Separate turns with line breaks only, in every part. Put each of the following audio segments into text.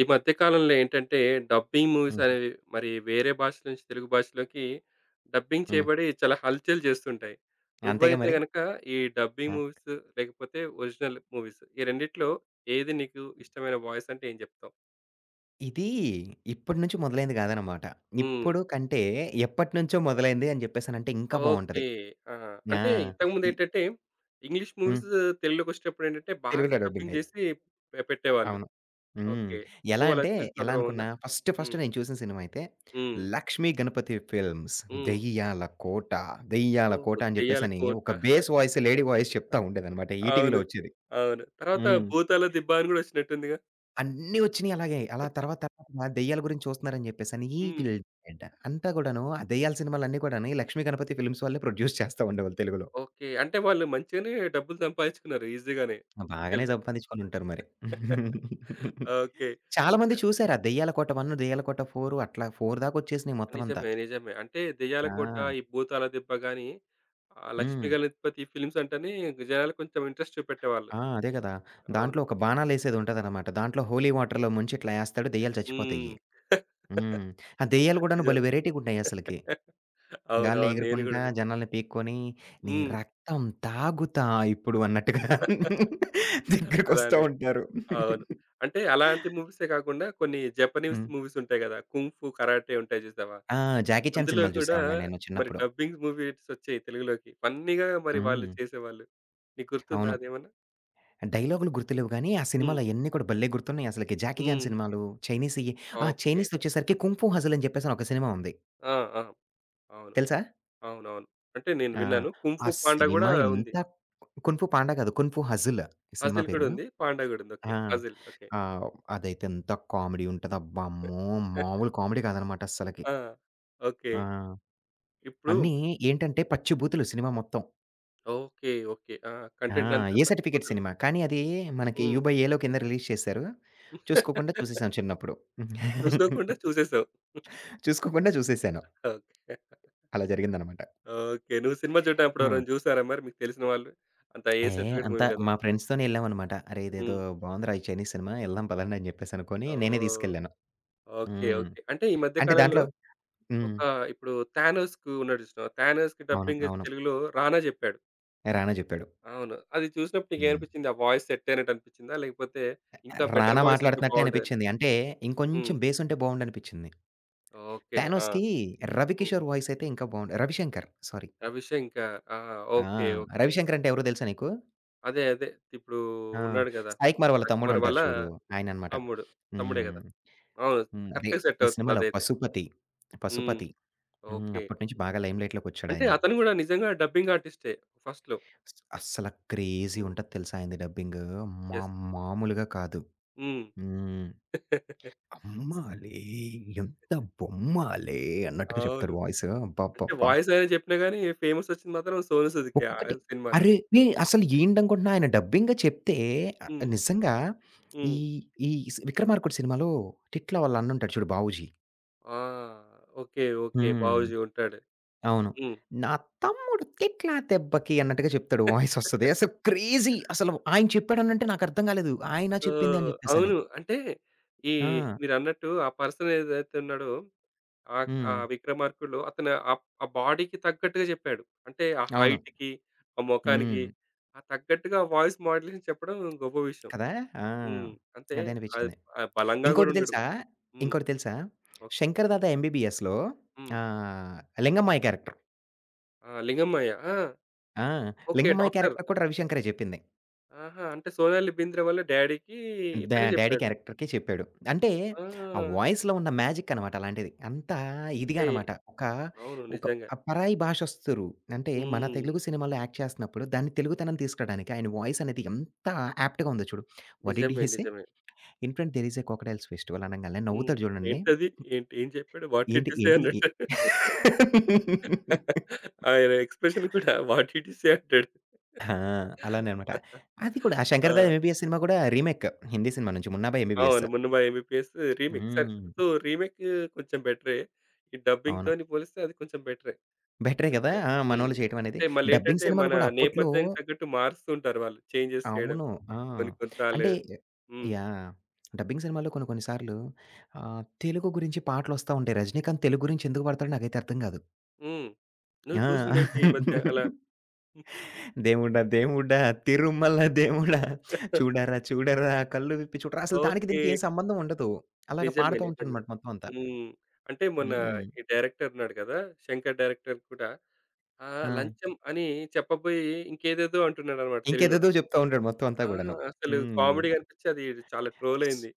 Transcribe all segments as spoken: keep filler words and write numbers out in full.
ఈ మధ్య కాలంలో ఏంటంటే డబ్బింగ్ మూవీస్
హుహు.
అనేవి మరి వేరే భాష నుంచి తెలుగు భాషలోకి డబ్బింగ్
హ్మ్.
చేయబడి చాలా హల్చల్ చేస్తుంటాయి.
అంతేగా
నువ్వైతే
మరి.
గనుక ఈ డబ్బింగ్
ఆ!
మూవీస్ లేకపోతే ఒరిజినల్ మూవీస్ ఈ రెండిట్లో ఏది నీకు ఇష్టమైన వాయిస్ అంటే ఏం చెప్తావు?
ఇది ఇప్పటి నుంచి మొదలైంది గాదనమాట.
హ్మ్.
ఇప్పుడు కంటే ఎప్పటినుంచో మొదలైంది అని జెప్పేసనంటే ఇంకా
ఓకే.
బావుంటది.
ఆ!
ఆ!
అంటే ఇంతకుముందు
ఈ
ఏంటంటే ఇంగ్లీష్
హ్మ్.
మూవీస్ తెలుగులోకొచ్చేటప్పుడు ఏంటంటే బాగా
తెలుగులో
డబ్బింగ్
డబ్బింగయి.
చేసి పె పెట్టేవాళ్ళు.
అవును. హ్మ్.
ఓకే.
ఎలా
నువ్వలా
అంటే
చూసిన
ఎలా
సందర్భం ఉందా?
అనుకున్నా ఫస్ట్ ఫస్ట్
హ్మ్.
నేను చూసిన సినిమా అయితే
హ్మ్.
'లక్ష్మీ గణపతి ఫిల్మ్స్'
హ్మ్.
'దెయ్యాల కోట, దెయ్యాల
ఓహ్!
కోట' అని
దెయ్యాల
జెప్పేసని
కోట.
ఒక బేస్ వాయిస్ లేడీ వాయిస్ చెప్తా ఉండేదనమాట
అవును.
ఈటీవీలో ఒచ్చేది.
అవును. తర్వాత
హ్మ్.
'భూతాల దిబ్బ' అని గూడా ఒచ్చినట్టుందిగా?
అన్నీ వచ్చినియి అలాగే. అలా తర్వాత తర్వాత దెయ్యాల గురించి చూస్తున్నారని జెప్పేసని
హ్మ్.
ఈవిల్ డెడ్ అంతా గూడాను ఆ దెయ్యాల సినిమాలన్నీ గూడాను ఈ 'లక్ష్మీ గణపతి ఫిల్మ్స్' వాళ్ళే ప్రొడ్యూస్ చేస్తా ఉండేవాళ్ళు తెలుగులో.
ఓకే. అంటే వాళ్ళు మంచిగానే డబ్బులు సంపాదించుకున్నారు ఈజీగానే
ఆ! బాగానే
యాక్చువల్‌గా.
సంపాదించుకొనుంటారు మరి.
ఓకే.
చాలా మంది
ఇంకా
చూసారు. ఆ దెయ్యాల కోట ఒకటి, దెయ్యాల కోట నాలుగు అట్లా నాలుగు దాకొచ్చేసినియి మొత్తం అంతా.
నిజమే. నిజమే. అంటే 'దెయ్యాల
ఆ!
కోట', ఈ 'భూతాల దిబ్బ' గాని ఆహ్, 'లక్ష్మీ
హ్మ్.
గణపతి' ఫిల్మ్స్ అంటేనే జనాలు కొంచెం ఇంట్రెస్ట్ చూపెట్టేవాళ్ళు.
ఆ! అదే గదా!
అవును.
దాంట్లో ఒక బాణాలేసేదుంటదనమాట. దాంట్లో హోలీ వాటర్‌లో ముంచి ఇట్లా యేస్తాడు దెయ్యాలు
హ్మ్.
చచ్చిపోతాయి. హ్మ్. ఆ దెయ్యాలు గూడాను భలే
నిజమే.
వేరైటీ‌గుంటాయి అసలకి. గాల్లో
అవునవును. నేను గూడా
ఎగురుకుంటా,
విన్నా.
జనాల్ని పీక్కొని, నీ
హ్మ్.
రక్తం తాగుతా ఇప్పుడు అన్నట్టుగా దగ్గరకొస్తా
అలానే.
ఉంటారు.
అవును. అంటే అలాంటి మూవీసే కాకుండా కొన్ని జపనీస్
హ్మ్.
మూవీస్ ఉంటాయి గదా! కుంగ్-ఫూ, కరాటే ఉంటాయి చూసావా?
ఆ! 'జాకీ చాన్'
అందులో
సినిమాలు
గూడా
చూసేవాడిని నేను
మరి
చిన్నప్పుడు.
డబ్బింగ్ మూవీస్ వచ్చాయి తెలుగులోకి. ఫన్నీగా మరి వాళ్ళు
హ్మ్.
చేసేవాళ్ళు. నీకు గుర్తుందా
అవును.
అదేమన్నా?
డైలాగులు గుర్తులేవు గానీ, ఆ
హ్మ్.
సినిమాలయన్నీ కూడా భలే గుర్తున్నాయి అసలకి. 'జాకీ చాన్'
హ్మ్.
సినిమాలు, చైనీస్‌యి. ఆ!
ఓకే.
చైనీస్‌దొచ్చేసరికి 'కుంగ్ ఫూ హజిల్' అని చెప్పేసని ఒక సినిమా ఉంది.
ఆ! ఆ! అవును.
తెలుసా?
అవునవును. అంటే నేను
ఆ!
విన్నాను.
ఆ
కుంగ్-ఫూ పాండా గూడా
సినిమా
ఉంది.
ఎంత 'కున్ ఫూ పాండా' కాదు, 'కున్ ఫూ హజిల్' ఈ సినిమా
హజిల్
పేరు.
గూడా ఉంది. పాండా గూడా ఉంది. ఓకే.
ఆ!
Hassle okay.
ఆహ్, అదైతే ఎంత కామెడీ ఉంటదబ్బా! అమ్మో! మామూలు కామెడీ కాదనమాట అస్సలకి.
ఆ! ఓకే.
ఆ!
ఇప్పుడు
అన్నీ ఏంటంటే పచ్చిబూతులు సినిమా మొత్తం.
ఓకే. ఓకే. ఆ!
ఆ!
కంటెంట్ అంతా
ఏ సర్టిఫికేట్
పచ్చిబూతులు.
సినిమా. కానీ అది మనకి
హ్మ్.
యూ బై ఏలో కింద రిలీజ్ చేశారు. చూసుకోకుండా చూసేసాను చిన్నప్పుడు.
చూసుకోకుండా చూసేసావు.
చూసుకోకుండా చూసేసాను.
ఓకే.
అలా జరిగిందనమాట.
ఓకే. నువ్వు సినిమా చూడడం
ఆ!
అప్పుడెవరైనా చూసారా మరి మీకు తెలిసిన వాళ్ళు? అంత ఏ
ఏ
సర్టిఫికేట్ మూవీ
అంతా
కదా!
మా ఫ్రెండ్స్‌తోనే ఎళ్ళామనమాట. "అరే! ఇదేదో
హ్మ్.
బావుందిరా ఈ చైనీస్ సినిమా ఎళ్దాం పదండి" అని చెప్పేసి అనుకోని నేనే
ఓహ్!
తీసుకెళ్ళాను.
ఓకే.
హ్మ్.
ఓకే. అంటే ఈ మధ్య
అంటే
కాలంలో
దాంట్లో హ్మ్.
ఒక ఇప్పుడు 'థానోస్‌కి' ఉన్నాడు చూసినావా? 'థానోస్‌కి'
అవును.
డబ్బింగ్
అవును.
తెలుగులో 'రానా' చెప్పాడు.
రానా చెప్పాడు.
అవును. అది చూసినప్పుడు
హ్మ్.
నీకేమనిపించింది? ఆ వాయిస్ సెట్ అయినట్టు అనిపించిందా? లేకపోతే ఇంకా బెటర్
రానా
వాయిస్ ఉంటే
మాట్లాడుతున్నట్టే
బాగుండేదని
అనిపిచ్చింది. అంటే
హ్మ్.
ఇంకొంచెం బేసుంటే బావుండనిపిచ్చింది.
ఓకే. ఆ!
'థానోస్‌కి'
హ్మ్.
రవికిషోర్ వాయిస్ అయితే ఇంకా బావుండు. 'రవిశంకర్' సారీ.
ఆ విషయం ఇంకా ఆ!
ఆ!
ఓకే. ఓకే.
'రవిశంకర్' అంటే ఎవరో తెలుసా నీకు?
అదే. అదే. ఇప్పుడు
ఆ!
ఉన్నాడు కదా!
సాయి కుమార్ వాళ్ళ
'రకమర' వాళ్ళ
తమ్ముడుంటారు చూడు, ఆయననమాట.
తమ్ముడు. తమ్ముడే
హ్మ్.
కదా! అవును.
హ్మ్. అదే,
కరెక్ట్‌గా సెట్
ఈ సినిమాలో
అవుతుందదైతే.
'పశుపతి'.
హ్మ్.
'పశుపతి'. హ్మ్.
ఓకే.
అప్పటి నుంచి బాగా
అంటే
లైమ్‌లైట్‌లోకొచ్చాడాయన.
అతను గూడా నిజంగా డబ్బింగ్ ఆర్టిస్టే ఫస్ట్‌లో.
అస్ అస్సల క్రేజీ
హ్మ్.
ఉంటది తెలుసా ఆయనది డబ్బింగు. అమ్మా!
యెస్.
మామూలుగా కాదు.
హ్మ్.
హ్మ్. "అమ్మాలే ఎంత బొమ్మాలే" అన్నట్టుగా
అవును.
చెప్తాడు వాయిసు
అంటే
అబ్బబ్బబ్బా!
వాయిస్ అనే చెప్పినా గాని ఫేమస్ ఒచ్చింది మాత్రం 'సోనూ సూద్‌కే' ఆ
ఒక్కొక్కటి.
సినిమాలో.
అరె! నే అసలు ఏంటనుకుంటున్నా ఆయన డబ్బింగ్ చెప్తే. ఆహ్,
హ్మ్.
నిజంగా ఈ
హ్మ్.
ఈ స్ 'విక్రమార్కుడు' సినిమాలో టిట్లా వాళ్ళ అన్నుంటాడు చూడు, 'బావూజీ'.
ఆ! ఓకే. ఓకే.
హ్మ్.
'బావూజీ' ఉంటాడు.
అవును.
హ్మ్.
"నా తమ్ముడు తిట్ల దెబ్బకి" అన్నట్టుగా చెప్తాడు, వాయిస్ ఒస్తది. అసలు క్రేజీ, అసలు ఆయన చెప్పాడనంటే నాకర్థం కాలేదు, ఆయన చెప్పింది అని
ఓహ్!
చెప్పేసని.
అవును. అంటే ఈ
ఆ!
మీరన్నట్టు ఆ పర్సన్ ఏదైతే ఉన్నాడో ఆహ్, ఆ
హ్మ్.
'విక్రమార్కుడులో' అతను ఆహ్, ఆ బాడీకి తగ్గట్టుగా చెప్పాడు. అంటే ఆ
అవును.
హైట్‌కి, ఆ మొఖానికి
హ్మ్.
ఆ తగ్గట్టుగా వాయిస్ మాడ్యులేషన్ చెప్పడం గొప్ప విషయం.
కదా! ఆ!
హ్మ్. అంటే
అదే
అది
అనిపించింది.
ఆహ్, బలంగా
ఇంకోటి
గూడా ఉండడు.
తెలుసా?
హ్మ్.
ఇంకోటి తెలుసా?
ఓకే.
'శంకర్ దాదా ఎంబీబీఎస్‌లో'
హ్మ్.
ఆహ్, లింగమ్మాయి క్యారెక్టర్.
ఆ! లింగమయ్య. ఆ!
ఆ!
ఓకే.
లింగమయ్య
డాక్టర్.
క్యారెక్టర్ కూడా రవిశంకరే జెప్పింది.
ఆహా! అంటే 'సోనాలి బింద్రే' వాళ్ళ డ్యాడీకి
డా
ఇతనే
డ్యాడీ
జెప్పాడు.
క్యారెక్టర్‌కి చెప్పాడు. అంటే ఆ
ఆ!
వాయిస్‌లో ఉన్న మ్యాజిక్ అనమాట అలాంటిది. అంతా ఇదిగా
అంటే
అనమాట. ఒక
అవును.
ఒక
నిజంగా.
పరాయి భాషస్తురు అంటే మన
హ్మ్.
తెలుగు సినిమాలో యాక్ట్ చేస్తున్నప్పుడు దాన్ని తెలుగుతనం తీసుకురాడానికి ఆయన వాయిస్ అనేది ఎంత యాప్ట్‌గా ఉందో చూడు. వాట్ డిడ్
నిజమే.
He say?
నిజమే.
In front there is a crocodiles festival అనంగాల్నే
హ్మ్.
నవ్వుతాడు జూడండి.
ఏంటది? ఏంటి ఏం చెప్పాడు? వాట్ డిడ్
ఏంటి
యూ సే
ఏంటి ఎ
అన్నట్టు. ఆయన ఎక్స్‌ప్రెషన్ కూడా వాట్ డిడ్ యూ సే అంటాడు.
ఆ! అలానే అనమాట. అది కూడా ఆ 'శంకర్ దాదా
ఆ!
ఎంబీబీఎస్' సినిమా కూడా రీమేక్, హిందీ సినిమా నుంచి, 'మున్నాబాయి ఎంబీబీఎస్.'
అవును. 'మున్నుమ ఎంబీబీఎస్' రీమేక్. సరే.
హ్మ్.
సో, రీమేక్ కొంచెం బెటరే. ఈ
అవును.
డబ్బింగ్‌తోని పోలిస్తే అది కొంచెం బెటరే.
బెటరే గదా!
అంతేలే.
ఆ!
హ్మ్.
మనోళ్ళు చేయటం అనేది.
అంటే
డబ్బింగ్
మళ్ళేంటంటే
సినిమాలు
మన
కూడా అప్పట్లో
నేపథ్యానికి తగ్గట్టు మారుస్తూ ఉంటారు వాళ్ళు. చేంజెస్ చేయడం
అవును. ఆ!
కొన్ని కొన్ని సార్లు.
అంటే
హ్మ్.
యాహ్! డబ్బింగ్ సినిమాల్లో కొన్ని కొన్ని సార్లు ఆహ్, తెలుగు గురించి పాటలొస్తా ఉంటాయి. 'రజనీకాంత్' తెలుగు గురించి ఎందుకు పాడతాడో నాకైతే అర్థం గాదు.
హ్మ్. నువ్వు
ఆ!
చూసిందేంటి ఈ మధ్య అలా?
దేవుడా దేవుడా తిరుమల దేవుడా, చూడరా చూడరా కళ్ళు విప్పి చూడరా, అసలు దానికి
ఓకే.
దీనికి ఏం సంబంధం ఉండదు. అలాగా
నిజమే.
పాడుతూ
నిజమే.
ఉంటాడనమాట మొత్తం అంతా.
హ్మ్. అంటే మొన్న
హ్మ్.
ఈ డైరెక్టర్ ఉన్నాడు కదా! 'శంకర్' డైరెక్టర్ కూడా ఆహ్,
ఆ!
లంచం అని చెప్పబోయి ఇంకేదేదో అంటున్నాడన్నమాట తెలుగులో.
ఇంకేదేదో జెప్తా ఉంటాడు మొత్తం అంతా
ఆ!
గూడాను.
అసలు
హ్మ్.
కామెడీగా అనిపించి అది చాలా ట్రోల్
అస్
అయింది.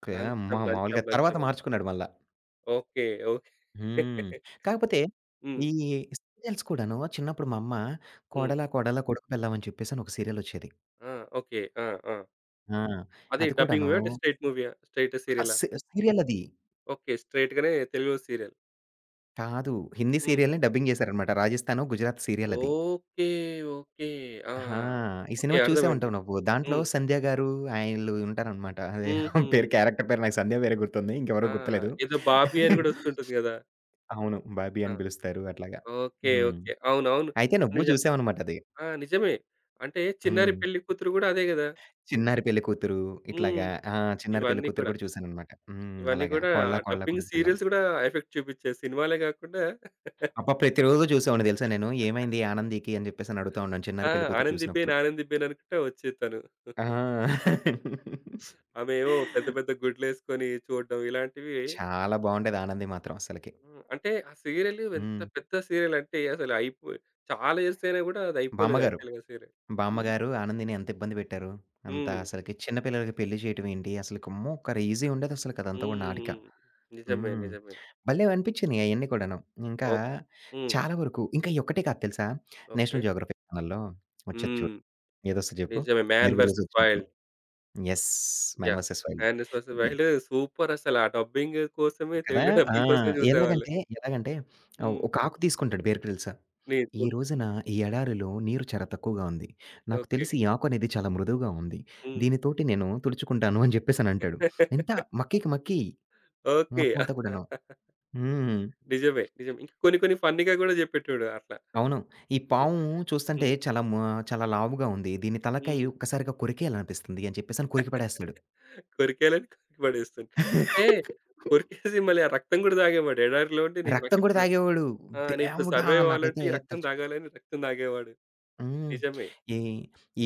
ఓకే. అమ్మ!
లంచం, లంచం,
మామూలుగా తర్వాత
లంచం అని.
మార్చుకున్నాడు మళ్ళా.
ఓకే. ఓకే.
హ్మ్. కాకపోతే
హ్మ్.
ఈ సీరియల్స్ కూడాను చిన్నప్పుడు మా అమ్మ,
హ్మ్.
'కోడలా కోడలా కొడుకు పెళ్ళాం' అని చెప్పేసని ఒక సీరియలొచ్చేది.
ఆ! ఓకే. ఆ! ఆ!
ఆ!
అది
అది
డబ్బింగ్
కూడాను
మూవీయా? అంటే స్ట్రెయిట్ మూవీయా? స్ట్రెయిట్
అహా!
సీరియలా?
సీ సీరియల్ అది.
ఓకే. స్ట్రెయిట్ గానే తెలుగులో సీరియల్.
కాదు. హిందీ
హ్మ్.
సీరియల్‌ని డబ్బింగ్ చేశారనమాట. రాజస్థాను, గుజరాత్ సీరియల్ అది.
ఓకే. ఓకే. ఆ!
ఆ! ఈ
ఓకే.
సినిమా చూసే
అర్థమైంది.
ఉంటావు నువ్వు. దాంట్లో
హ్మ్.
సంధ్య గారు ఆయిళ్ళు ఉంటారనమాట. అదే
హుహు.
పేరు, క్యారెక్టర్ పేరు నాకు సంధ్య పేరే గుర్తుంది, ఇంకెవరో
ఆ!
గుర్తులేదు.
ఏదో 'బాబీ' అని గూడా వస్తుంటుంది గదా!
అవును. బాబీ
ఆ!
అని పిలుస్తారు అట్లాగా.
ఓకే.
హ్మ్.
ఓకే. అవునవును.
అయితే నువ్వు
నిజ
చూసావనమాట అది.
ఆ! నిజమే. అంటే 'చిన్నారి
హ్మ్.
పెళ్ళికూతురు' గూడా అదే గదా!
చిన్నారి పెళ్ళికూతురు ఇట్లాగా.
హ్మ్.
ఆ! చిన్నారి
ఇవన్నీ
పెళ్ళికూతురు
కూడా,
కూడా చూసాననమాట. హ్మ్.
ఇవన్నీ
అలాగా
కూడా
కోళ్ళ కోళ్ళ
డబ్బింగ్
కొడుకు పిల్లం.
సీరియల్స్ గూడా ఎఫెక్ట్ చూపిచ్చాయి. సినిమాలే గాకుండా
అబ్బా! ప్రతిరోజు చూసేవాడిని తెలుసా నేను. ఏమైంది ఆనందికి అని జెప్పేసని అడుగుతా ఉన్నాను
ఆ!
చిన్నారి పెళ్ళికూతురు
'ఆనంది బేన్
చూసినప్పుడు.
ఆనంది బేన్' అనుకుంటా వచ్చేది తను.
ఆ!
ఆమేమో పెద్ద పెద్ద గుడ్లేసుకొని చూడడం ఇలాంటివి
చాలా బావుండేది ఆనంది మాత్రం అస్సలకి.
హ్మ్. అంటే ఆ సీరియల్ ఎంత
హ్మ్.
పెద్ద సీరియల్ అంటే అసలు అయిపో చాలా ఇయర్స్ అయినా గూడా అది అయిపోలేదు
బామ్మగారు,
యాక్చువల్‌గా సీరియల్. హ్మ్.
బామ్మగారు ఆనందిని ఎంత ఇబ్బంది పెట్టారు. అంత
హ్మ్.
అసలకి చిన్న పిల్లలకి పెళ్లి చేయటం ఏంటి అసలకి అమ్మో! ఒక్క రేజీ ఉండేదసలకి అదంతా గూడా
హ్మ్.
నాటిక.
హ్మ్. నిజమే.
హ్మ్.
నిజమే.
భలే అనిపించినియి అయన్నీ కూడాను. ఇంకా
ఓ హ్మ్.
చాలా వరకు, ఇంకా ఈ ఒక్కటే కాదు తెలుసా?
ఓకే.
నేషనల్ జియోగ్రఫీ ఛానెల్‌లో వచ్చేది
హ్మ్.
చూడు. ఏదొస్తది చెప్పు?
నిజమే. 'మ్యాన్
'బేర్ గ్రిల్స్'
వర్సెస్
వచ్చినప్పుడు.
Wild.'
Yes! 'Man
yeah!
Versus wild.'
'Man versus
ఈ
వైల్డ్' సూపర్ అసల. ఆ డబ్బింగ్ కోసమే
కదా!
తెలుగులో
ఆ!
డబ్బింగ్ కోసమే చూసేవాళ్ళు.
ఎలాగంటే, ఎలాగంటే ఆహ్,
హ్మ్.
ఒక ఆకు తీసుకుంటాడు 'బేర్ గ్రిల్స్.'
నీ
"ఈ
ఓహ్!
రోజున ఈ ఎడారిలో నీరు చాలా తక్కువగా ఉంది. నాకు
ఓకే.
తెలిసి ఈ ఆకు అనేది చాలా మృదువుగా ఉంది.
హ్మ్.
దీనితోటి నేను తుడుచుకుంటాను" అని చెప్పేసనంటాడు. ఎంత మక్కికి మక్కి
ఓకే.
మొత్తం అంతా కూడాను. హ్మ్.
నిజమే. నిజమే. ఇంకా కొన్ని కొన్ని ఫన్నీ‌గా గూడా చెప్పేటోడు అట్లా.
అవును. ఈ
నిజం.
పాము చూస్తంటే
హ్మ్.
చాలా మ చాలా లావుగా ఉంది. దీని తలకాయి
హ్మ్.
ఒక్కసారిగా కొరికేయాలనిపిస్తుంది అని చెప్పేసని కొరికి పడేస్తాడు.
కొరికేయాలని కొరికి పడేస్తుండు. అంటే కొరికేసి మళ్ళీ ఆ రక్తం గూడా తాగేవాడు. ఎడారిలో ఉండి నీ
రక్తం కూడా
నాకిప్పుడు
తాగేవాడు.
ఆ! నేనిప్పుడు
దేవుడా!
సర్వైవ్ అవ్వాలంటే
నాకైతే
ఈ రక్తం
తలుచు
తాగాలని రక్తం తాగేవాడు.
హ్మ్.
నిజమే.
ఈ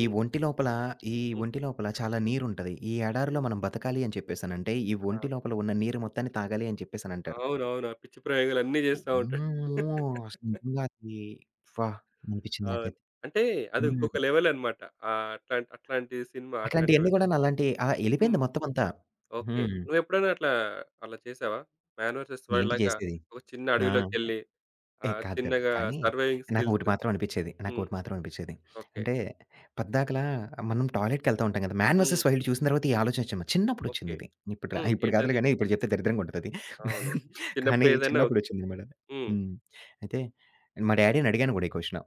ఈ ఒంటి లోపల ఈ
హ్మ్.
ఒంటి లోపల చాలా నీరుంటది. ఈ ఎడారిలో
హ్మ్.
మనం బతకాలి అని చెప్పేసనంటే, ఈ
ఆ!
ఒంటి లోపల ఉన్న నీరు మొత్తాన్ని తాగాలి అని చెప్పేసనంటారు.
అవునవును. ఆ పిచ్చి ప్రయోగాలన్నీ జేస్తా ఉంటాడు.
అమ్మో! అసలు నిజంగా అది అబ్బా! అనిపించింది
అవును.
నాకైతే.
అంటే అది
హ్మ్.
ఇంకొక లెవెలనమాట. ఆహ్, అట్లాంటి అట్లాంటి సినిమా అట్లాంటివి
అట్లాంటియన్నీ గూడాను అలాంటి ఆ! ఎళ్ళిపోయింది
హ్మ్.
మొత్తం అంతా.
ఓకే.
హ్మ్.
నువ్వెప్పుడైనా అట్లా, అలా చేసావా? 'మ్యాన్ వర్సెస్ వైల్డ్'
ఏంటి
లాగా
చేసేది?
ఒక చిన్న
ఆ!
అడవిలోకెళ్ళి
ఏ
ఆహ్,
కాదు కాదు.
చిన్నగా
కానీ
సర్వైవింగ్ స్కిల్స్
నాకోటి మాత్రం అనిపిచ్చేది.
హ్మ్.
నాకోటి మాత్రం అనిపిచ్చేది.
ఓకే.
అంటే పద్దాకలా మనం టాయిలెట్‌కెళ్తా ఉంటాం కదా! 'మ్యాన్
హ్మ్.
వర్సెస్ వైల్డ్' చూసిన తర్వాత ఈ ఆలోచనొచ్చింది.
ఓకే.
చిన్నప్పుడొచ్చిందిది. ఇప్పుడు రా
హ్మ్.
ఇప్పుడు కాదులే
ఏంటది?
గానీ ఇప్పుడు చెప్తే దరిద్రంగా ఉంటదది.
అవును. చిన్నప్పుడు
కానీ
ఏదైనా ఓకే.
చిన్నప్పుడొచ్చిందనమాట.
హ్మ్.
హ్మ్. అయితే మా డ్యాడీని అడిగాను గూడా ఈ క్వెషను.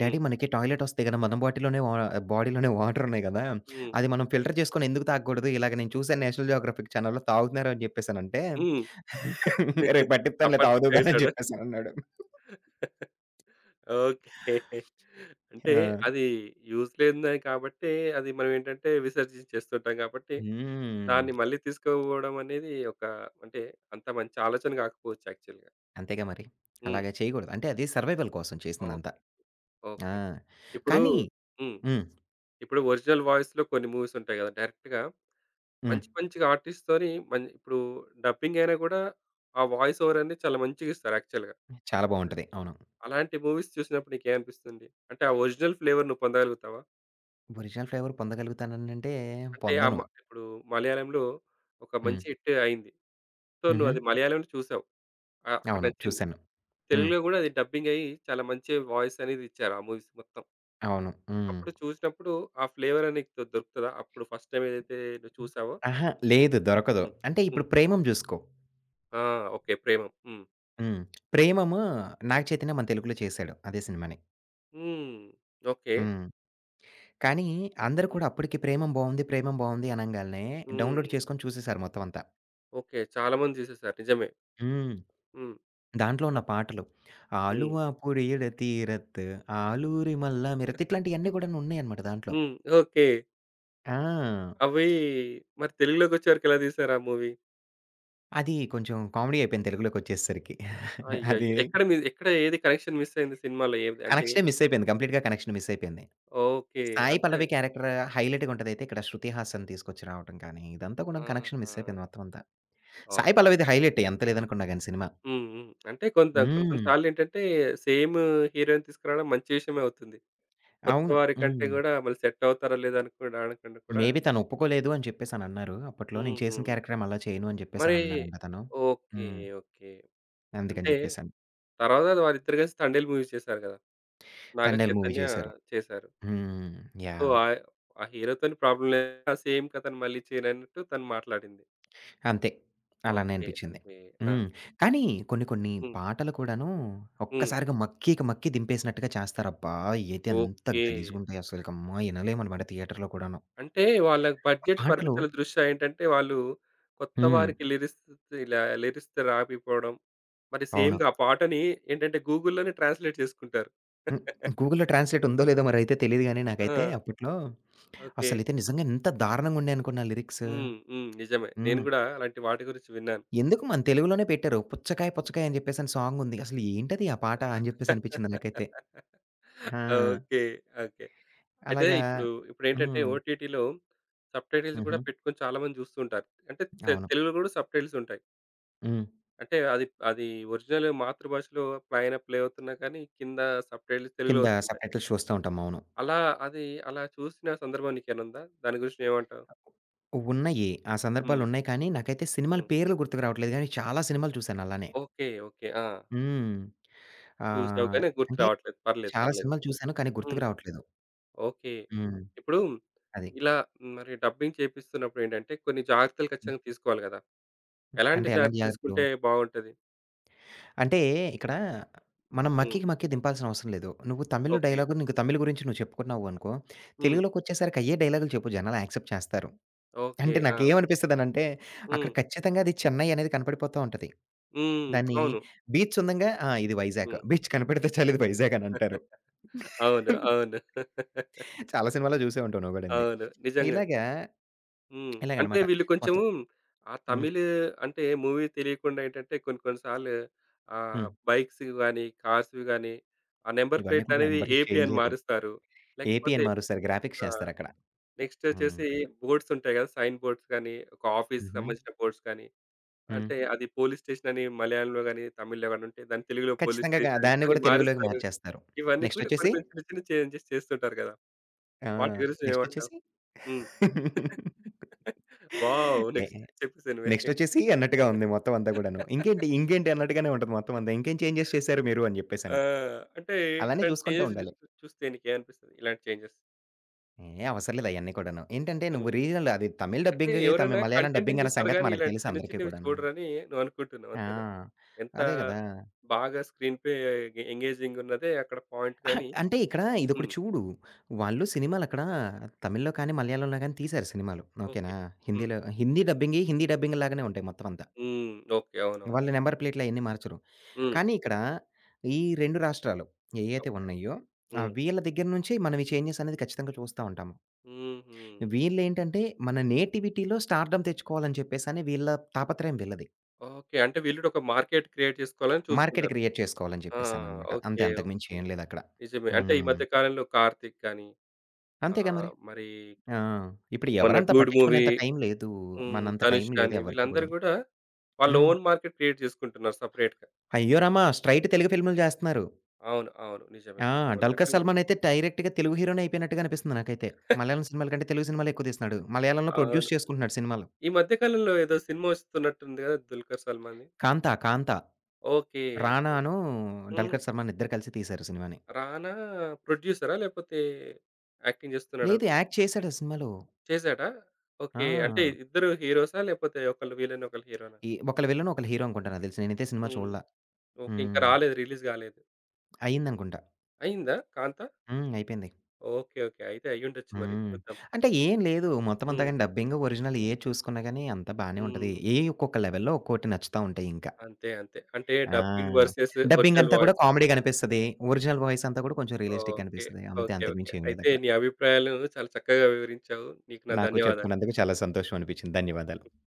హ్మ్.
డ్యాడీ మనకి టాయిలెట్ వస్తాయి కదా! మన బాటిలోనే వా బాడీలోనే వాటరున్నాయి గదా!
హ్మ్.
అది మనం ఫిల్టర్ చేసుకొని ఎందుకు తాగకూడదు? ఇలాగ నేను చూసాను 'నేషనల్ జియోగ్రఫిక్' ఛానెల్‌లో తాగుతున్నారు అని జెప్పేసనంటే,
హ్మ్.
"రేపు పట్టిత్తానులే
టపా టప్
తాగుదువు గానీ" అని
ఏసాడా?
జెప్పేసనన్నాడు.
ఓకే. అంటే
ఆ!
అది యూజ్ లేనిదే కాబట్టి అది మనం ఏంటంటే విసర్జించేస్తుంటాం కాబట్టి,
హ్మ్.
దాన్ని మళ్ళీ తీసుకుపోవడం అనేది ఒక అంటే అంత మంచి ఆలోచన కాకపోవచ్చు యాక్చువల్‌గా.
అంతేగా మరి.
హ్మ్.
అలాగా చేయకూడదు. అంటే అది సర్వైవల్ కోసం
ఓహ్!
చేసిందంతా. ఆ!
ఓకే. ఇప్పుడు
కానీ
హ్మ్.
హ్మ్.
ఇప్పుడు ఒరిజినల్ వాయిస్‌లో కొన్ని మూవీస్ ఉంటాయి కదా! డైరెక్ట్‌గా
హ్మ్.
మంచి మంచిగా ఆర్టిస్ట్‌తోని మం ఇప్పుడు డబ్బింగ్ అయినా కూడా ఆ వాయిస్ ఓవర్ అనేది చాలా మంచిగిస్తారు యాక్చువల్‌గా.
చాలా బావుంటది. అవును.
అలాంటి మూవీస్ చూసినప్పుడు నీకేమనిపిస్తుంది? అంటే ఆ ఒరిజినల్ ఫ్లేవర్ నువ్వు పొందగలుగుతావా?
ఒరిజినల్ ఫ్లేవర్ పొందగలుగుతాననంటే
అంటే ఆ
పొందను.
మ ఇప్పుడు మలయాళంలో ఒక
హ్మ్.
మంచి హిట్ అయింది. సో,
హుహు.
నువ్వది మలయాళంలో చూసావు. ఆహ్, అక్కడ
అవును.
నచ్చింది.
చూసాను. హ్మ్.
తెలుగులో గూడా అది డబ్బింగ్ అయ్యి చాలా మంచి వాయిస్ అనేది ఇచ్చారు ఆ మూవీస్ మొత్తం.
అవును. హ్మ్.
అప్పుడు చూసినప్పుడు ఆ ఫ్లేవర్ అనేది నీకు దొరుకుతదా? అప్పుడు ఫస్ట్ టైమ్ ఏదైతే నువ్వు చూసావో?
అహా! లేదు, దొరకదు.
హ్మ్.
అంటే
హ్మ్.
ఇప్పుడు 'ప్రేమమ్' జూసుకో.
ఆ! ఓకే. 'ప్రేమం'. హ్మ్.
హ్మ్. 'ప్రేమము' 'నాగ చైతన్య' మన తెలుగులో చేశాడు అదే సినిమాని.
హ్మ్. ఓకే.
హ్మ్. కానీ అందరూ
హ్మ్.
కూడా అప్పటికి 'ప్రేమమ్' బావుంది, 'ప్రేమమ్' బావుంది అనంగాల్నే డౌన్‌లోడ్
హ్మ్.
చేసుకొని చూసేసారు మొత్తం అంతా.
ఓకే. చాలా మంది తీసేసారు నిజమే.
హ్మ్.
హ్మ్.
దాంట్లో ఉన్న
అప్
పాటలు.
హ్మ్.
'ఆలువ పొడియడ తీరత్, ఆలూరి మల్ల మిరత్' ఇట్లాంటియన్నీ గూడాను ఉన్నాయన్నమాట దాంట్లో.
హ్మ్. ఓకే.
ఆ!
అవి మరి తెలుగులోకొచ్చేవరకు ఎలా తీశారు ఆ మూవీ?
అది కొంచెం కామెడీ అయిపోయింది తెలుగులోకొచ్చేసరికి. అది
అయ్యయ్యో! ఎక్కడ మి ఎక్కడ ఏది కనెక్షన్ మిస్ అయింది సినిమాలో ఏది? అంటే
కనెక్షనే మిస్ అయిపోయింది. కంప్లీట్‌గా కనెక్షన్ మిస్ అయిపోయింది.
ఓకే.
సాయి
అంతే.
పల్లవి క్యారెక్టర్ హైలైట్‌గా ఉంటదైతే ఇక్కడ 'శృతి హాసన్' తీసుకొచ్చి రావటం కానీ, ఇదంతా కూడా కనెక్షన్
ఆహా!
మిస్ అయిపోయింది మొత్తం అంతా. సాయి
ఓకే.
పల్లవిది హైలైటే ఎంత లేదనుకున్నా గాని సినిమా.
హ్మ్. హ్మ్. అంటే కొంత కొన్ని కొన్ని
హ్మ్.
సార్లేంటంటే సేమ్ హీరో‌ని తీసుకురావడం మంచి విషయమే అవుతుంది. కొత్త
అవును.
వారి కంటే
హ్మ్.
గూడా మళ్ళీ సెట్ అవుతారా లేదా అనుకోవడానికన్నా కూడా
మేబీ తను ఒప్పుకోలేదు అని చెప్పేసనన్నారు. అప్పట్లో నేను
హుహు.
చేసిన క్యారెక్టరే మళ్ళా చేయను అని
మరి
చెప్పేసనన్నారంట తను.
ఓకే.
హ్మ్.
ఓకే.
అందుకని
అంటే
చెప్పేసని.
తర్వాత వాళ్ళిద్దరు కలిసి 'తండేల్' మూవీ చేశారు గదా! నాగ
'తండేల్' మూవీ
చైతన్య
చేశారు.
చేశారు.
హ్మ్.
So,
yeah!
ఆహ్, ఆ హీరోతోని ప్రాబ్లమ్ లేదు. సేమ్ కథను మళ్ళీ చేయనన్నట్టు తను మాట్లాడింది.
అంతే. అలానే
ఓకే.
అనిపిచ్చింది.
ఓకే. ఆ!
హ్మ్. కానీ కొన్ని కొన్ని
హ్మ్.
పాటలు కూడాను
హ్మ్.
ఒక్కసారిగా మక్కీకి మక్కి దింపేసినట్టుగా చేస్తారబ్బా! ఏతే ఎంత
ఓకే.
గలీజుగుంటాయి అసలకమ్మా! ఇనలేమనమాట థియేటర్‌లో కూడాను.
అంటే వాళ్ళ
ఆ
బడ్జెట్
పాటలు
పరిమితుల దృష్ట్యా ఏంటంటే, వాళ్ళు కొత్త
హ్మ్.
వారికి లిరిక్స్ ఇలా లిరిక్స్ రాకపోవడం, మరి
అవును.
సేమ్‌గా ఆ పాటని ఏంటంటే గూగుల్‌లోనే ట్రాన్స్‌లేట్ చేసుకుంటారు.
హ్మ్. గూగుల్‌లో ట్రాన్స్‌లేట్ ఉందో లేదో మరైతే తెలీదు గానీ నాకైతే
ఆ!
అప్పట్లో
ఓకే.
అసలైతే నిజంగా ఎంత దారుణంగుండే అనుకున్న లిరిక్స్.
హ్మ్. హ్మ్. నిజమే. నేను
హ్మ్.
గూడా అలాంటి వాటి గురించి విన్నాను.
ఎందుకు మన తెలుగులోనే పెట్టారు. 'పుచ్చకాయ పుచ్చకాయ' అని జెప్పేసని సాంగుంది. అసలు ఏంటది ఆ పాట అని జెప్పేసి అనిపిచ్చింది నాకైతే. ఆ!
ఓకే. ఓకే. అయితే
అలాగా
ఇప్పుడు ఇప్పుడేంటంటే
హ్మ్.
ఓటీటీలో సబ్‌టైటిల్స్ కూడా
హుహు.
పెట్టుకొని చాలామంది చూస్తుంటారు. అంటే తె
అవును.
తెలుగులో కూడా సబ్‌టైటిల్స్ ఉంటాయి.
హ్మ్.
అంటే అది అది ఒరిజినల్ మాతృభాషలో పైన ప్లే అవుతున్నా కానీ కింద సబ్‌టైటిల్స్ తెలుగులో
కింద
వస్తుంటాయి.
సబ్‌టైటిల్స్ చూస్తా ఉంటాం. అవును.
అలా అది అలా చూసిన సందర్భం నీకేమైనా ఉందా? దాని గురించి నువ్వేమంటావు?
ఉన్నాయి. ఆ
హ్మ్.
సందర్భాలున్నాయి కానీ, నాకైతే సినిమాల
హ్మ్.
పేర్లు గుర్తుకు రావట్లేదు గానీ, చాలా సినిమాలు చూశాను అలానే.
ఓకే. ఓకే. ఆ!
హ్మ్.
చూసావు
ఆహ్,
కానీ గుర్తు
అంటే
రావట్లేదు. పర్లేదు.
చాలా
పర్లేదు.
సినిమాలు చూశాను కానీ
హ్మ్.
గుర్తుకు రావట్లేదు.
ఓకే.
హ్మ్.
ఇప్పుడు
అది.
ఇలా మరి డబ్బింగ్ చేపిస్తున్నప్పుడేంటంటే కొన్ని జాగ్రత్తలు ఖచ్చితంగా తీసుకోవాలి కదా! ఎలాంటి
అంటే ఎలాంటి
జాగ్రత్తలు
జాగ్రత్తలు?
తీసుకుంటే బావుంటది?
అంటే ఇక్కడ మనం
హ్మ్.
మక్కికి మక్కి దింపాల్సిన అవసరం లేదు. నువ్వు తమిళ్‌లో
ఓకే.
డైలాగు నీకు తమిళ్ గురించి నువ్వు చెప్పుకున్నావు అనుకో,
హ్మ్.
తెలుగులోకొచ్చేసరికి అయ్యే డైలాగులు చెప్పు జనాలు యాక్సెప్ట్ చేస్తారు.
ఓకే.
అంటే
ఆ!
నాకేమనిపిస్తదనంటే, అక్కడ
హ్మ్.
ఖచ్చితంగా అది చెన్నై అనేది కనపడిపోతా ఉంటది.
హ్మ్.
దాన్ని
అవును.
బీచ్ ఉందంగా ఆ! ఇది వైజాగ్.
హ్మ్.
బీచ్ కనపడితే చాలు ఇది వైజాగ్ అని అంటారు.
అవును. అవును.
చాలా సినిమాల్లో చూసే ఉంటావు నువ్వు గూడాని.
అవును. నిజంగానే.
ఇలాగా
హ్మ్. అంటే
ఇలాగనమాట
వీళ్ళు కొంచెం
మొత్తం.
ఆ
హ్మ్.
తమిళ్ అంటే మూవీ తెలియకుండా ఏంటంటే కొన్ని కొన్ని సార్లు ఆహ్,
హ్మ్.
బైక్స్‌వి గాని, కార్స్‌వి గాని ఆ నంబర్
ఇవన్నీ కూడా
ప్లేట్లనేవి
నంబర్‌లు
ఏపీ
చేంజ్
అని
జేయరు.
మారుస్తారు.
ఏపీ
లేకపోతే
అని మారుస్తారు. గ్రాఫిక్స్
ఆహ్,
చేస్తారక్కడ.
నెక్స్ట్
హ్మ్.
వచ్చేసి బోర్డ్స్ ఉంటాయి కదా! సైన్ బోర్డ్స్ గాని, ఒక ఆఫీస్‌కి
హుహు.
సంబంధించిన బోర్డ్స్ గాని
హ్మ్.
అంటే అది పోలీస్ స్టేషన్ అని మలయాళంలో గాని, తమిళ్‌లో గాని ఉంటే దాన్ని తెలుగులో పోలీస్
ఖచ్చితంగా గా
స్టేషన్
దాన్ని
అని
గూడా తెలుగులోకి
మారుస్తారు.
మార్చేస్తారు.
ఇవన్నీ కూడా కొన్ని
నెక్స్టొచ్చేసి
కొన్ని చిన్న చిన్న చేంజెస్ చేస్తుంటారు కదా! వాటి
ఆహ్,
గురించి నువ్వేమంటావు?
నెక్స్టొచ్చేసి
హ్మ్.
ఏ
వావ్!
ఏ
నెక్స్ట్ చెప్పేసేయ్ నువ్వే.
నెక్స్టొచ్చేసి అన్నట్టుగా ఉంది మొత్తం అంతా గూడాను. ఇంకేంటి, ఇంకేంటి అన్నట్టుగానే ఉంటది మొత్తం అంతా. ఇంకేం చేంజెస్ చేశారు మీరు అని
ఆ!
జెప్పేసని.
అంటే
అలానే
ఇట్లాంటి
చూసుకుంటూ
చేంజెస్‌ని
ఉండాలి.
చూస్తే నీకేమనిపిస్తది? ఇలాంటి చేంజెస్?
ఏ అవసరం లేదు అయన్నీ కూడాను. ఏంటంటే నువ్వు
హ్మ్.
రీజనల్ అది తమిళ్
అంటే
డబ్బింగ్, తమి
ఎవరైనా
మలయాళం
కంటెంట్‌ని
డబ్బింగ్ అనే
చూస్తారు
సంగతి
గానీ,
మనకు
ఇలాంటి
తెలుసు
చిన్న
అందరికీ
చిన్నవి
కూడాను.
చూడరని నువ్వు అనుకుంటున్నావు అంతేనా?
ఆ!
ఎంత
అదే గదా!
బాగా స్క్రీన్ ప్లే ఎంగేజింగ్ ఉన్నదే అక్కడ పాయింట్
అహా!
గాని
అంటే ఇక్కడ ఇదొకటి
హ్మ్.
చూడు. వాళ్ళు సినిమాలక్కడ తమిళ్‌లో కానీ, మలయాళంలో గానీ తీశారు సినిమాలు.
ఓకే.
ఓకేనా?
హ్మ్.
హిందీలో హిందీ డబ్బింగే, హిందీ డబ్బింగ్ లాగానే ఉంటాయి మొత్తం అంతా.
హ్మ్. ఓకే. అవునవును.
వాళ్ళ నంబర్ ప్లేట్లు అయన్నీ మార్చరు.
హ్మ్.
కానీ ఇక్కడ ఈ రెండు రాష్ట్రాలు ఏయైతే
ఓకే.
ఉన్నాయో, ఆ
హ్మ్.
వీళ్ళ దగ్గర నుంచి మనం ఈ చేంజెస్ అనేది ఖచ్చితంగా చూస్తా ఉంటాము.
హుహు.
వీళ్ళేంటంటే మన నేటివిటీలో స్టార్‌డమ్ తెచ్చుకోవాలని చెప్పేసని వీళ్ళ తాపత్రయం వీళ్ళది.
ఓకే. అంటే వీళ్ళు కూడా ఒక మార్కెట్ క్రియేట్ చేసుకోవాలని
మార్కెట్
చూస్తుంటారు.
క్రియేట్ చేసుకోవాలని
ఆ!
చెప్పేసననమాట. అంతే,
ఓకే.
అంతకు మించి
ఓకే.
ఏం లేదక్కడ.
నిజమే. అంటే ఈ
హ్మ్.
మధ్య కాలంలో 'కార్తీక్' గాని
అంతేగా మరి.
ఆహ్, మరి
ఆ! ఇప్పుడు
మొన్న
ఎవరంత
'డూడ్' మూవీ
పట్టించుకునేంత టైం లేదు.
హ్మ్.
మనంత టైం
'ధనుష్'
లేదు
గాని
ఎవరికీ
వీళ్ళందరూ
కూడాను.
కూడా వాళ్ళ
హ్మ్.
ఓన్ మార్కెట్ క్రియేట్ చేసుకుంటున్నారు సెపరేట్‌గా.
అయ్యో రామ! స్ట్రెయిట్
హ్మ్.
తెలుగు ఫిల్మ్‌లు జేస్తున్నారు.
అవును. అవును. నిజమే.
ఆ! 'డల్కర్
నువ్వన్నట్టు
సల్మాన్' అయితే డైరెక్ట్‌గా తెలుగు హీరోనే అయిపోయినట్టుగా అనిపిస్తుంది నాకైతే. మలయాళం సినిమాల కంటే తెలుగు సినిమాలే ఎక్కువ తీస్తున్నాడు. మలయాళంలో
అవును.
ప్రొడ్యూస్ చేసుకుంటున్నాడు సినిమాలు.
ఈ మధ్య కాలంలో ఏదో సినిమా వస్తున్నట్టుంది కదా! 'దుల్కర్ సల్మాన్‌ది'.
'కాంతా', 'కాంతా'
ఓకే. ఓకే.
'రానా'ను
హ్మ్.
'డల్కర్ సల్మాన్' ఇద్దరు కలిసి తీశారు సినిమాని.
రానా ప్రొడ్యూసరా? లేపోతే యాక్టింగ్ చేస్తున్నాడా
లేదు,
అతను?
యాక్ట్ చేశాడు ఆ సినిమాలో.
చేసాడా? ఓకే. అంటే
ఆ!
ఇద్దరు హీరోసా? లేపోతే ఒకళ్ళు విలన్, ఒకళ్ళు హీరోనా?
ఈ ఒకళ్ళు విలన్, ఒకళ్ళు హీరో అనుకుంటా నాకు దెలిసి. నేనైతే సినిమా
హ్మ్.
చూడలా.
ఓకే. ఇంకా
హ్మ్.
రాలేదు. రిలీజ్ గాలేదు.
అయిందనుకుంటా.
అయిందా 'కాంతా'?
హ్మ్. అయిపోయింది.
ఓకే. ఓకే. అయితే అయ్యుండొచ్చు మరి.
హ్మ్.
చూద్దాం.
అంటే ఏం లేదు. మొత్తం అంతా
హ్మ్.
గాని డబ్బింగ్, ఒరిజినల్ ఏది చూసుకున్నా గాని అంతా బానే ఉంటది.
హ్మ్.
ఏయి ఒక్కొక్క లెవెల్‌లో ఒక్కోటి నచ్చుతా ఉంటాయి ఇంకా.
అంతే. అంతే. అంటే
ఆ!
డబ్బింగ్ వర్సెస్
డబ్బింగ్
ఒరిజినల్
అంతా కూడా
వాయిస్.
కామెడీగా అనిపిస్తది. ఒరిజినల్ వాయిస్ అంతా కూడా కొంచెం రియలిస్టిక్‌గా
ఓకే.
అనిపిస్తది. అంతే,
ఓకే.
అంతకు
ఓకే.
మించి ఏం
అయితే
లేదక్కడ.
నీ అభిప్రాయాలను చాలా చక్కగా వివరించావు. నీకు నా
నాకు
ధన్యవాదాలు.
చెప్పుకున్నందుకు చాలా సంతోషం అనిపించింది. ధన్యవాదాలు.